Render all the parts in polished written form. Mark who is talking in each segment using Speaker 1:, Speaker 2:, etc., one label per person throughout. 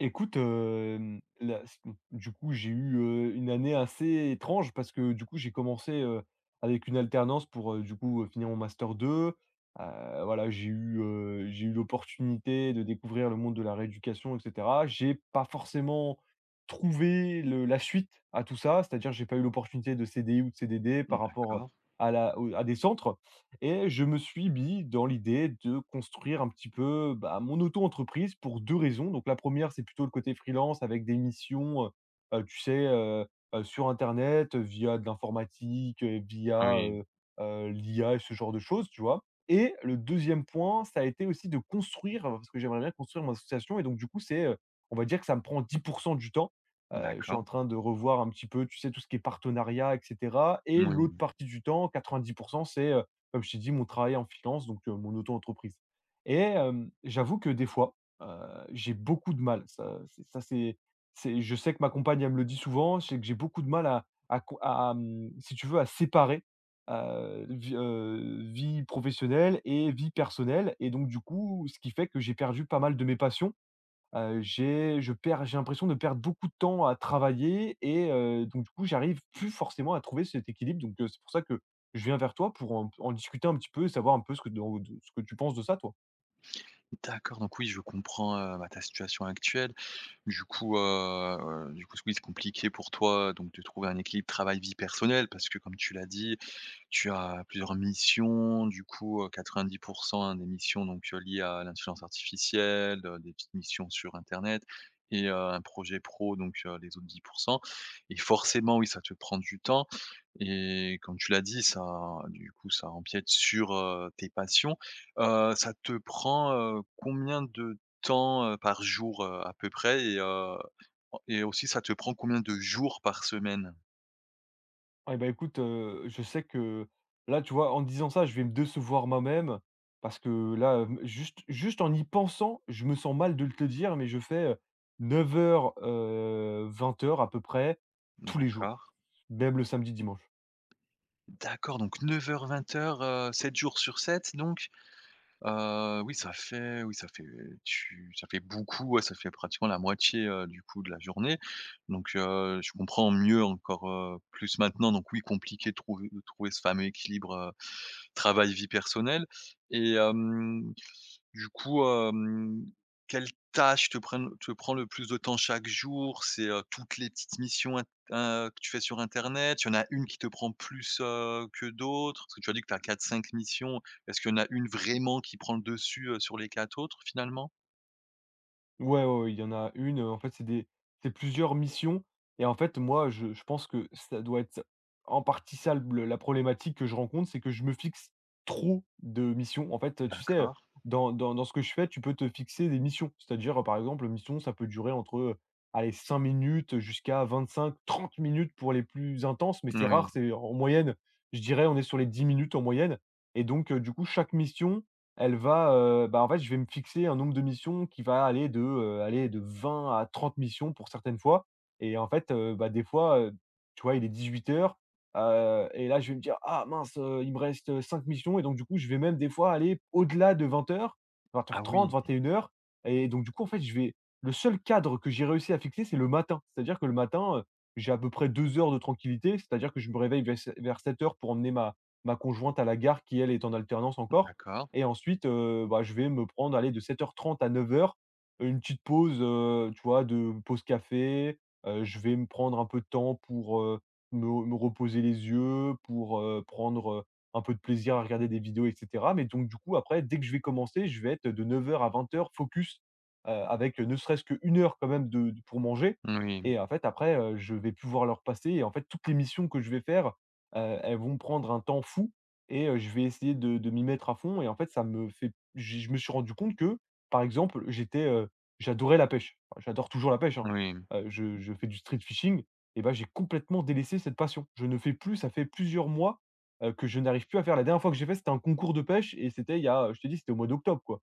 Speaker 1: Écoute, hem, la s du coup, j'ai eu, une année assez étrange parce que, du coup, j'ai commencé, avec une alternance pour, du coup, finir mon master 2. Voilà, j'ai eu l'opportunité de découvrir le monde de la rééducation et cetera. J'ai pas forcément trouvé le la suite à tout ça, c'est-à-dire j'ai pas eu l'opportunité de CDI ou de CDD par rapport,
Speaker 2: D'accord.
Speaker 1: à la au à des centres. Et je me suis mis dans l'idée de construire un petit peu, bah, mon auto-entreprise pour 2 raisons. Donc la première, c'est plutôt le côté freelance avec des missions, tu sais, sur internet, via de l'informatique,
Speaker 2: Ah
Speaker 1: via,
Speaker 2: oui,
Speaker 1: l'IA et ce genre de choses, tu vois? Et le deuxième point, ça a été aussi de construire, parce que j'aimerais bien construire mon association et donc du coup, c'est, on va dire que ça me prend 10 du temps. Je suis
Speaker 2: d'accord.
Speaker 1: en train de revoir un petit peu, tu sais, tout ce qui est partenariat et cetera, et l'autre
Speaker 2: Oui.
Speaker 1: partie du temps, 90, c'est, comme je t'ai dit, mon travail en freelance, donc mon auto-entreprise, et j'avoue que des fois, heu, j'ai beaucoup de mal. Ça c'est Je sais que ma compagne, elle me le dit souvent, c'est que j'ai beaucoup de mal à co à mmh, si tu veux, à séparer, vie professionnelle et vie personnelle, et donc du coup, ce qui fait que j'ai perdu pas mal de mes passions. J'ai je perds j'ai l'impression de perdre beaucoup de temps à travailler et donc du coup, j'arrive plus forcément à trouver cet équilibre. Donc c'est pour ça que je viens vers toi pour en discuter un petit peu et savoir un peu ce que tu penses de ça, toi?
Speaker 2: D'accord, donc oui, je comprends, bah, ta situation actuelle. Du coup, oui, c'est compliqué pour toi, donc de trouver un équilibre travail-vie personnelle parce que comme tu l'as dit, tu as plusieurs missions, du coup, 90 hein, des missions donc liées à l'intelligence artificielle, des petites missions sur internet et un projet pro donc les autres 10 et forcément, oui, ça te prend du temps et comme tu l'as dit, ça du coup, ça empiète sur, tes passions. Ça te prend, combien de temps, par jour, à peu près et aussi ça te prend combien de jours par semaine?
Speaker 1: Eh ben écoute, je sais que là, tu vois, en disant ça, je vais me décevoir moi-même parce que là, juste en y pensant, je me sens mal de le te dire, mais je fais, neuf heures vingt heures à peu près tous les jours,
Speaker 2: D'accord.
Speaker 1: même le samedi, dimanche.
Speaker 2: D'accord, donc 9 heures 20 heures 7 jours sur 7 donc? Heu, oui ça fait oui ça fait Ça fait beaucoup, ouais, ça fait pratiquement la moitié, du coup de la journée. Donc je comprends mieux encore, plus maintenant donc oui compliqué de trouver ce fameux équilibre, travail vie personnelle et. Du coup, quelles tâches te prend le plus de temps chaque jour? C'est, toutes les petites missions int que tu fais sur internet? Il y en a une qui te prend plus, que d'autres? Parce que tu as dit que tu as 4-5 missions. Est-ce qu'il y en a une vraiment qui prend le dessus, sur les quatre autres finalement?
Speaker 1: Ouais, ouais, ouais, il y en a une, en fait, c'est plusieurs missions, et en fait, moi, je pense que ça doit être en partie ça le la problématique que je rencontre, c'est que je me fixe trop de missions. En fait, tu sais,
Speaker 2: D'accord.
Speaker 1: dans ce que je fais, tu peux te fixer des missions. C'est-à-dire, par exemple, une mission, ça peut durer entre, allez, 5 minutes jusqu'à vingt-cinq trente minutes pour les plus intenses, mais c'est
Speaker 2: Oui.
Speaker 1: rare, c'est en moyenne, je dirais, on est sur les 10 minutes en moyenne. Et donc du coup, chaque mission, elle va, bah, en fait, je vais me fixer un nombre de missions qui va aller de 20 à 30 missions pour certaines fois, et en fait, bah, des fois, tu vois, il est 18:00, et là, je vais me dire: «Ah mince, il me reste 5 missions», et donc du coup, je vais même des fois aller au-delà de
Speaker 2: Ah oui,
Speaker 1: 20:00-20:30-21:00 et une heures. Et donc du coup, en fait, je vais le seul cadre que j'ai réussi à fixer, c'est le matin. C'est-à-dire que le matin, j'ai à peu près 2 heures de tranquillité, c'est-à-dire que je me réveille vers 7:00 pour emmener ma conjointe à la gare, qui, elle, est en alternance encore,
Speaker 2: d'accord.
Speaker 1: et ensuite, bah, je vais me prendre, aller de 07:30 à 09:00, une petite pause, tu vois, de pause café. Je vais me prendre un peu de temps pour, me reposer les yeux, pour, prendre, un peu de plaisir à regarder des vidéos et cetera. Mais donc du coup, après, dès que je vais commencer, je vais être de 09:00 à 20:00 focus, avec ne serait-ce qu'1 heure quand même de pour manger.
Speaker 2: Oui,
Speaker 1: Et en fait, après, je vais pouvoir leur passer, et en fait, toutes les missions que je vais faire, elles vont prendre un temps fou, et je vais essayer de m'y mettre à fond, et en fait, ça me fait j'ai je me suis rendu compte que, par exemple, j'étais, j'adorais la pêche. Enfin, j'adore toujours la pêche, hein.
Speaker 2: oui.
Speaker 1: Je fais du street fishing, et ben, j'ai complètement délaissé cette passion. Je ne fais plus, ça fait plusieurs mois, que je n'arrive plus à faire. La dernière fois que j'ai fait, c'était un concours de pêche, et c'était il y a, je te dis, c'était au mois d'octobre, quoi.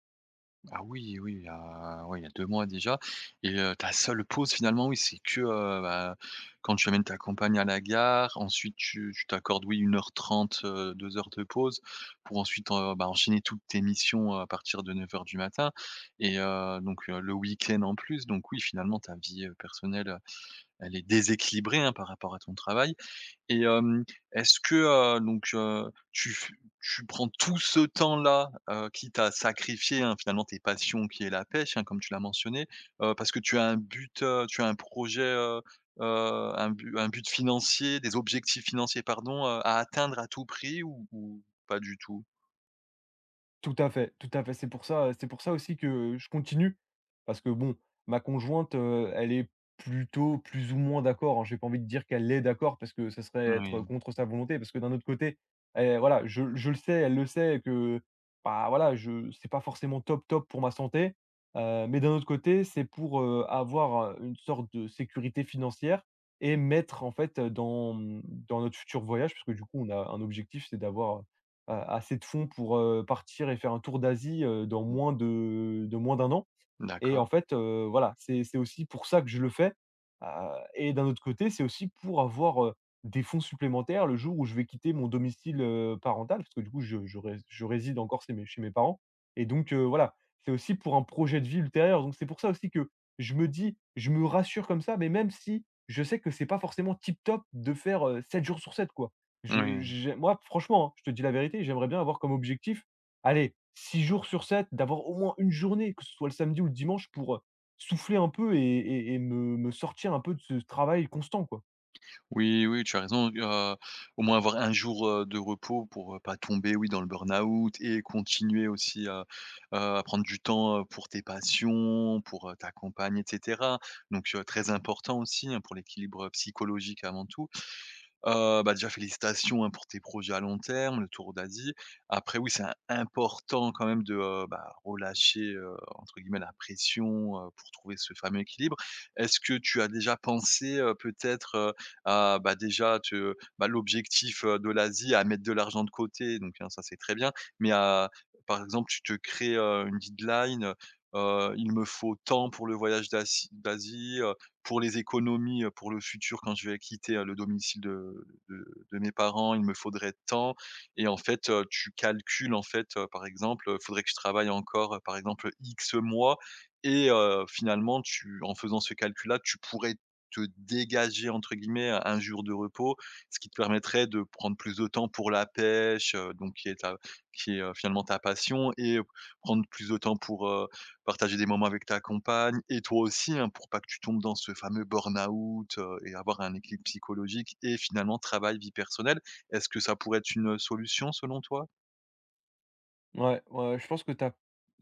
Speaker 2: Ah oui, oui, il y a ouais, il y a 2 mois déjà et ta seule pause finalement, oui, c'est que, bah, quand tu amènes ta compagne à la gare, ensuite tu t'accordes, oui, 1:30, 2 heures de pause pour ensuite, bah, enchaîner toutes tes missions, à partir de 9 heures du matin et donc le week-end en plus, donc oui, finalement ta vie, personnelle, elle est déséquilibrée, hein, par rapport à ton travail et est-ce que, heu, donc, heu, tu f tu prends tout ce temps-là, quitte à sacrifier, hein, finalement tes passions qui est la pêche, hein, comme tu l'as mentionné, parce que tu as un but, tu as un projet, heu, un but financier, des objectifs financiers pardon, à atteindre à tout prix ou pas du tout?
Speaker 1: Tout à fait, tout à fait. C'est pour ça aussi que je continue, parce que bon, ma conjointe, elle est plutôt plus ou moins d'accord, hein. J'ai pas envie de dire qu'elle est d'accord parce que ça serait être
Speaker 2: Oui.
Speaker 1: contre sa volonté, parce que d'un autre côté, eh voilà, je le sais, elle le sait que, bah, voilà, je c'est pas forcément top, top pour ma santé, mais d'un autre côté, c'est pour, avoir, une sorte de sécurité financière et mettre en fait, dans notre futur voyage, parce que du coup, on a un objectif, c'est d'avoir, assez de fonds pour, partir et faire un tour d'Asie, dans
Speaker 2: Mmh.
Speaker 1: moins de moins d'un an. Et en
Speaker 2: D'accord.
Speaker 1: fait, voilà, c'est aussi pour ça que je le fais, heu et d'un autre côté, c'est aussi pour avoir, des fonds supplémentaires le jour où je vais quitter mon domicile, parental, parce que du coup je réside encore chez mes parents, et donc voilà, c'est aussi pour un projet de vie ultérieur. Donc c'est pour ça aussi que je me rassure comme ça, mais même si je sais que c'est pas forcément tip top de faire, 7 jours sur 7, quoi. Je
Speaker 2: Oui.
Speaker 1: j'ai moi franchement, hein, je te dis la vérité, j'aimerais bien avoir comme objectif, allez, 6 jours sur 7, d'avoir au moins une journée, que ce soit le samedi ou le dimanche, pour, souffler un peu et me sortir un peu de ce travail constant, quoi.
Speaker 2: Oui, oui, tu as raison, au moins avoir un jour, de repos pour, pas tomber, oui, dans le burn-out et continuer aussi à prendre du temps, pour tes passions, pour, ta compagne et cetera. Donc, très important aussi, hein, pour l'équilibre psychologique avant tout. Bah, déjà félicitations, hein, pour tes projets à long terme, le tour d'Asie. Après oui, c'est im important quand même de, bah, relâcher, entre guillemets «la pression», pour trouver ce fameux équilibre. Est-ce que tu as déjà pensé, peut-être, à, l'objectif, de l'Asie, à mettre de l'argent de côté, donc hein, ça c'est très bien, mais à par exemple, tu te crées, une deadline, il me faut tant pour le voyage d'Asie», pour les économies, pour le futur quand je vais quitter, le domicile de mes parents, il me faudrait tant et en fait, tu calcules en fait, par exemple, il faudrait que je travaille encore, par exemple, X mois et finalement tu en faisant ce calcul-là, tu pourrais te «dégager» entre guillemets, un 1 jour de repos, ce qui te permettrait de prendre plus de temps pour la pêche, donc qui est ta qui est, finalement ta passion et prendre plus de temps pour, partager des moments avec ta compagne et toi aussi, hein, pour pas que tu tombes dans ce fameux burn-out, et avoir un équilibre psychologique et finalement travail, vie personnelle. Est-ce que ça pourrait être une solution selon toi?
Speaker 1: Ouais, ouais, je pense que t'as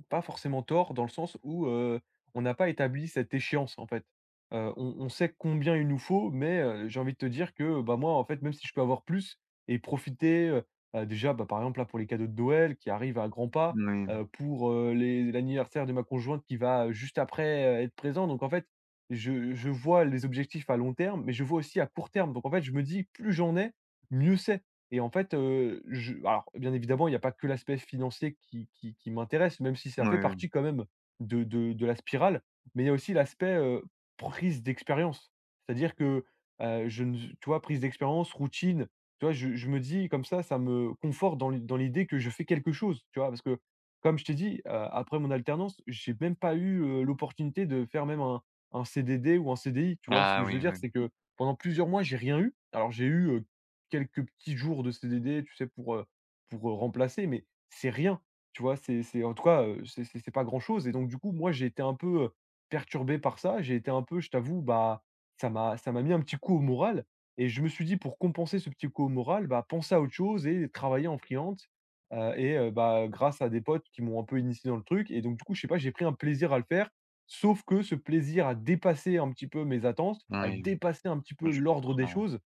Speaker 1: pas forcément tort dans le sens où, on n'a pas établi cette échéance, en fait. On sait combien il nous faut, mais, j'ai envie de te dire que, bah, moi, en fait, même si je peux avoir plus et profiter, bah, déjà, bah, par exemple, là, pour les cadeaux de Noël qui arrivent à grands pas,
Speaker 2: Oui.
Speaker 1: pour, les l'anniversaire de ma conjointe qui va, juste après, être présent. Donc en fait, je vois les objectifs à long terme, mais je vois aussi à court terme. Donc en fait, je me dis: «Plus j'en ai, mieux c'est». Et en fait, je alors bien évidemment, il n'y a pas que l'aspect financier qui m'intéresse, même si ça
Speaker 2: Oui,
Speaker 1: fait
Speaker 2: oui.
Speaker 1: partie quand même de la spirale, mais il y a aussi l'aspect, prise d'expérience. C'est-à-dire que, je ne tu vois, prise d'expérience, routine, tu vois, je me dis comme ça me conforte dans l'idée que je fais quelque chose, tu vois? Parce que comme je t'ai dit, après mon alternance, j'ai même pas eu, l'opportunité de faire même un CDD ou un CDI, tu vois? Ce
Speaker 2: Ah
Speaker 1: que je veux
Speaker 2: oui,
Speaker 1: dire,
Speaker 2: oui.
Speaker 1: c'est que pendant plusieurs mois, j'ai rien eu. Alors j'ai eu quelques petits jours de CDD, tu sais, pour, remplacer, mais c'est rien, tu vois? C'est En tout cas, c'est pas grand-chose, et donc du coup, moi, j'ai été un peu, perturbé par ça. J'ai été un peu, je t'avoue, bah, ça m'a mis un petit coup au moral, et je me suis dit: «Pour compenser ce petit coup au moral, bah, penser à autre chose et travailler en freelance», bah, grâce à des potes qui m'ont un peu initié dans le truc, et donc du coup, je sais pas, j'ai pris un plaisir à le faire, sauf que ce plaisir a dépassé un petit peu mes attentes, a
Speaker 2: Oui,
Speaker 1: dépassé un petit peu
Speaker 2: je
Speaker 1: l'ordre des
Speaker 2: comprends.
Speaker 1: choses,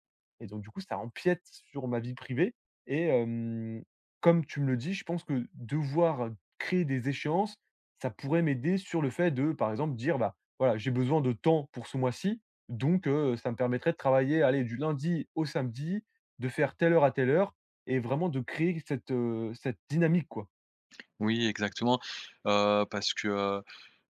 Speaker 1: et donc du coup, ça empiète sur ma vie privée et comme tu me le dis, je pense que devoir créer des échéances, ça pourrait m'aider sur le fait de, par exemple, dire: «Bah, voilà, j'ai besoin de temps pour ce mois-ci, donc ça me permettrait de travailler, aller du lundi au samedi, de faire telle heure à telle heure», et vraiment de créer cette, cette dynamique, quoi.
Speaker 2: Oui, exactement, parce que,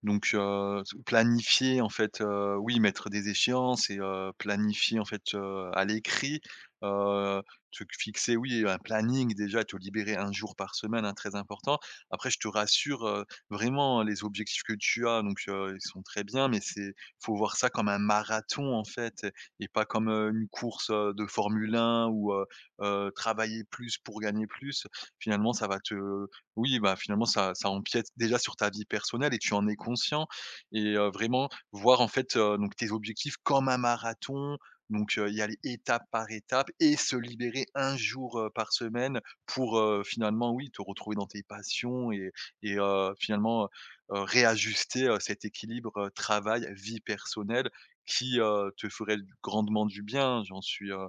Speaker 2: donc planifier en fait, oui, mettre des échéances et planifier en fait, à l'écrit, heu, te fixer, oui, un planning déjà, te libérer un jour par semaine, hein, très important. Après je te rassure, vraiment les objectifs que tu as donc ils sont très bien mais c'est faut voir ça comme un marathon en fait et pas comme, une course, de Formule 1 ou travailler plus pour gagner plus. Finalement ça va te oui, bah, finalement, ça empiète déjà sur ta vie personnelle et tu en es conscient et vraiment voir, en fait, donc tes objectifs comme un marathon, donc y aller étape par étape et se libérer un jour, par semaine pour, finalement, oui, te retrouver dans tes passions et finalement, réajuster, cet équilibre, travail, vie personnelle qui, te ferait grandement du bien, j'en suis, heu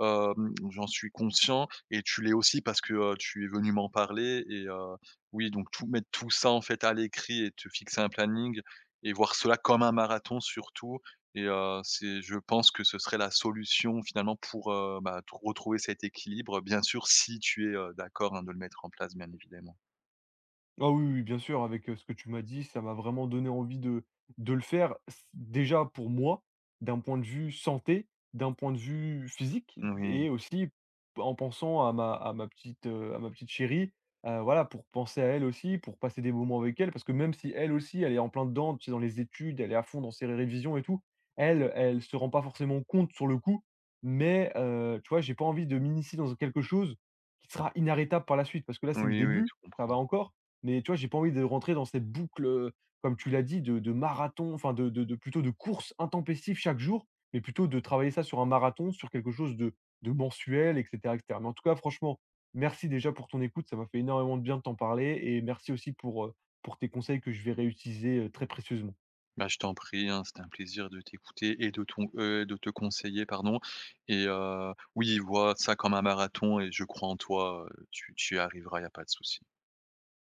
Speaker 2: Hem, j'en suis conscient et tu l'es aussi parce que, tu es venu m'en parler et oui, donc tout ça, en fait, à l'écrit et te fixer un planning et voir cela comme un marathon surtout et c'est je pense que ce serait la solution finalement pour, bah, t retrouver cet équilibre, bien sûr si tu es, d'accord, hein, de le mettre en place, bien évidemment.
Speaker 1: Ah oui, oui, bien sûr, avec, ce que tu m'as dit, ça m'a vraiment donné envie de le faire. S Déjà pour moi, d'un point de vue santé, d'un point de vue physique,
Speaker 2: Oui,
Speaker 1: et aussi p en pensant à ma petite chérie, voilà, pour penser à elle aussi, pour passer des moments avec elle. Parce que même si elle aussi, elle est en plein dedans, tu sais, dans les études, elle est à fond dans ses révisions et tout, elle, elle se rend pas forcément compte sur le coup. Mais, tu vois, j'ai pas envie de m'initier dans quelque chose qui sera inarrêtable par la suite. Parce que là, c'est le
Speaker 2: oui, oui, je
Speaker 1: début, ça va
Speaker 2: comprends.
Speaker 1: encore. Mais tu vois, j'ai pas envie de rentrer dans cette boucle, comme tu l'as dit, de marathon, enfin de plutôt de courses intempestives chaque jour, mais plutôt de travailler ça sur un marathon, sur quelque chose de mensuel et cetera et cetera. Mais en tout cas, franchement, merci déjà pour ton écoute, ça m'a fait énormément de bien de t'en parler, et merci aussi pour tes conseils que je vais réutiliser, très précieusement.
Speaker 2: Bah, je t'en prie, hein, c'était un plaisir de t'écouter et de ton de te conseiller, pardon, et oui, vois ça comme un marathon et je crois en toi, tu y arriveras, il n'y a pas de souci.